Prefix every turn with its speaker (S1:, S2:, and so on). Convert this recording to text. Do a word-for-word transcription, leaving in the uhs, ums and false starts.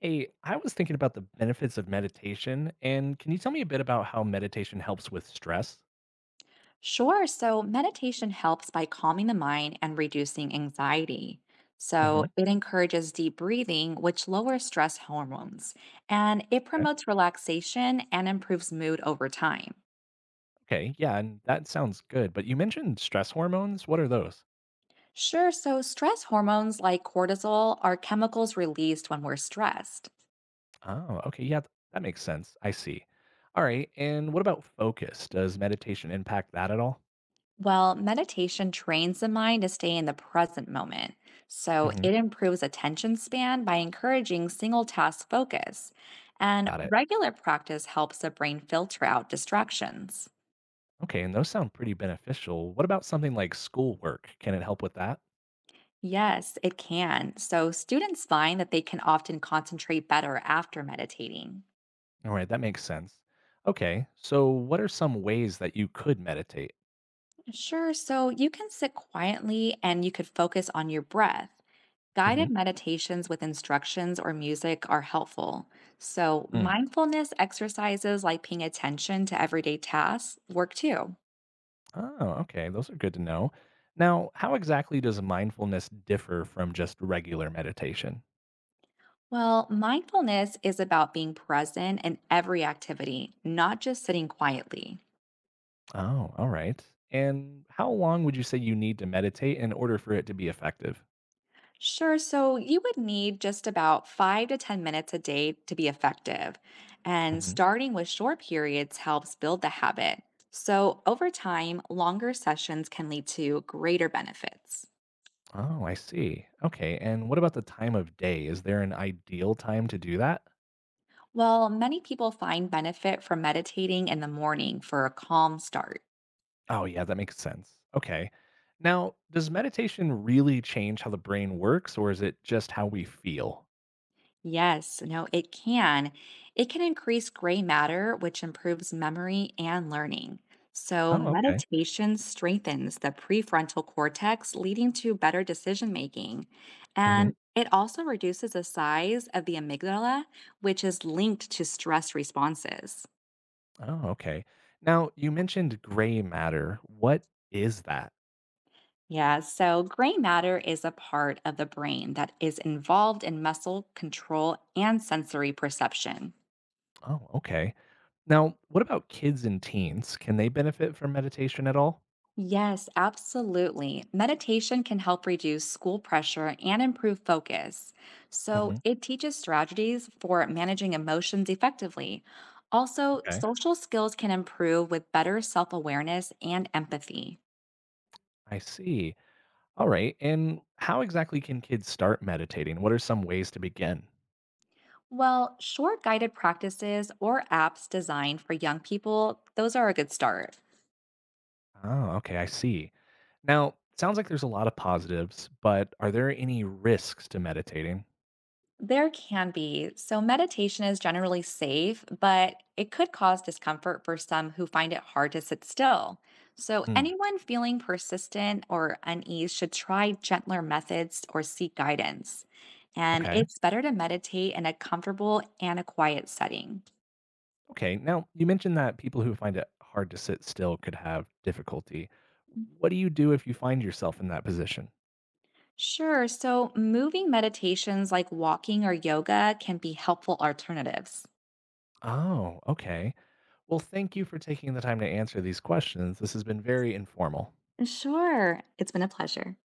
S1: Hey, I was thinking about the benefits of meditation, and can you tell me a bit about how meditation helps with stress?
S2: Sure. So, meditation helps by calming the mind and reducing anxiety.
S1: Hmm.
S2: So, it encourages deep breathing, which lowers stress hormones, and it
S1: Okay.
S2: promotes relaxation and improves mood over time.
S1: Okay, yeah, and that sounds good. But you mentioned stress hormones. What are those?
S2: Sure. So, stress hormones like cortisol are chemicals released when we're stressed.
S1: Oh, okay. Yeah, th- that makes sense. I see. All right. And what about focus? Does meditation impact that at all?
S2: Well, meditation trains the mind to stay in the present moment. So
S1: Hmm.
S2: it improves attention span by encouraging single task focus. And
S1: Got it.
S2: regular practice helps the brain filter out distractions.
S1: Okay. And those sound pretty beneficial. What about something like schoolwork? Can it help with that?
S2: Yes, it can. So students find that they can often concentrate better after meditating.
S1: All right. That makes sense. Okay. So, what are some ways that you could meditate?
S2: Sure, so you can sit quietly and you could focus on your breath. Guided
S1: Hmm.
S2: meditations with instructions or music are helpful. So, mindfulness exercises like paying attention to everyday tasks work too.
S1: Oh, okay. Those are good to know. Now, how exactly does mindfulness differ from just regular meditation?
S2: Well, mindfulness is about being present in every activity, not just sitting quietly.
S1: Oh, all right. And how long would you say you need to meditate in order for it to be effective?
S2: Sure, so you would need just about five to ten minutes a day to be effective. And
S1: Hmm.
S2: starting with short periods helps build the habit. So, over time, longer sessions can lead to greater benefits.
S1: Oh, I see. Okay. And what about the time of day? Is there an ideal time to do that?
S2: Well, many people find benefit from meditating in the morning for a calm start.
S1: Oh, yeah, that makes sense. Okay. Now, does meditation really change how the brain works, or is it just how we feel?
S2: Yes, no, it can. It can increase gray matter, which improves memory and learning. So,
S1: Oh, okay.
S2: meditation strengthens the prefrontal cortex, leading to better decision making.
S1: Mhm.
S2: And it also reduces the size of the amygdala, which is linked to stress responses.
S1: Oh, okay. Now, you mentioned gray matter. What is that?
S2: Yeah, so gray matter is a part of the brain that is involved in muscle control and sensory perception.
S1: Oh, okay. Now, what about kids and teens? Can they benefit from meditation at all?
S2: Yes, absolutely. Meditation can help reduce school pressure and improve focus. So
S1: Hmm.
S2: it teaches strategies for managing emotions effectively. Also,
S1: Okay.
S2: social skills can improve with better self awareness and empathy.
S1: I see. All right. And how exactly can kids start meditating? What are some ways to begin?
S2: Well, short guided practices or apps designed for young people, those are a good start.
S1: Oh, okay. I see. Now, sounds like there's a lot of positives, but are there any risks to meditating?
S2: There can be. So, meditation is generally safe, but it could cause discomfort for some who find it hard to sit still. So,
S1: Hmm.
S2: anyone feeling persistent or unease should try gentler methods or seek guidance. And
S1: Okay.
S2: it's better to meditate in a comfortable and a quiet setting.
S1: Okay. Now, you mentioned that people who find it hard to sit still could have difficulty. What do you do if you find yourself in that position?
S2: Sure. So, moving meditations like walking or yoga can be helpful alternatives.
S1: Oh, okay. Well, thank you for taking the time to answer these questions. This has been very informal.
S2: Sure. It's been a pleasure.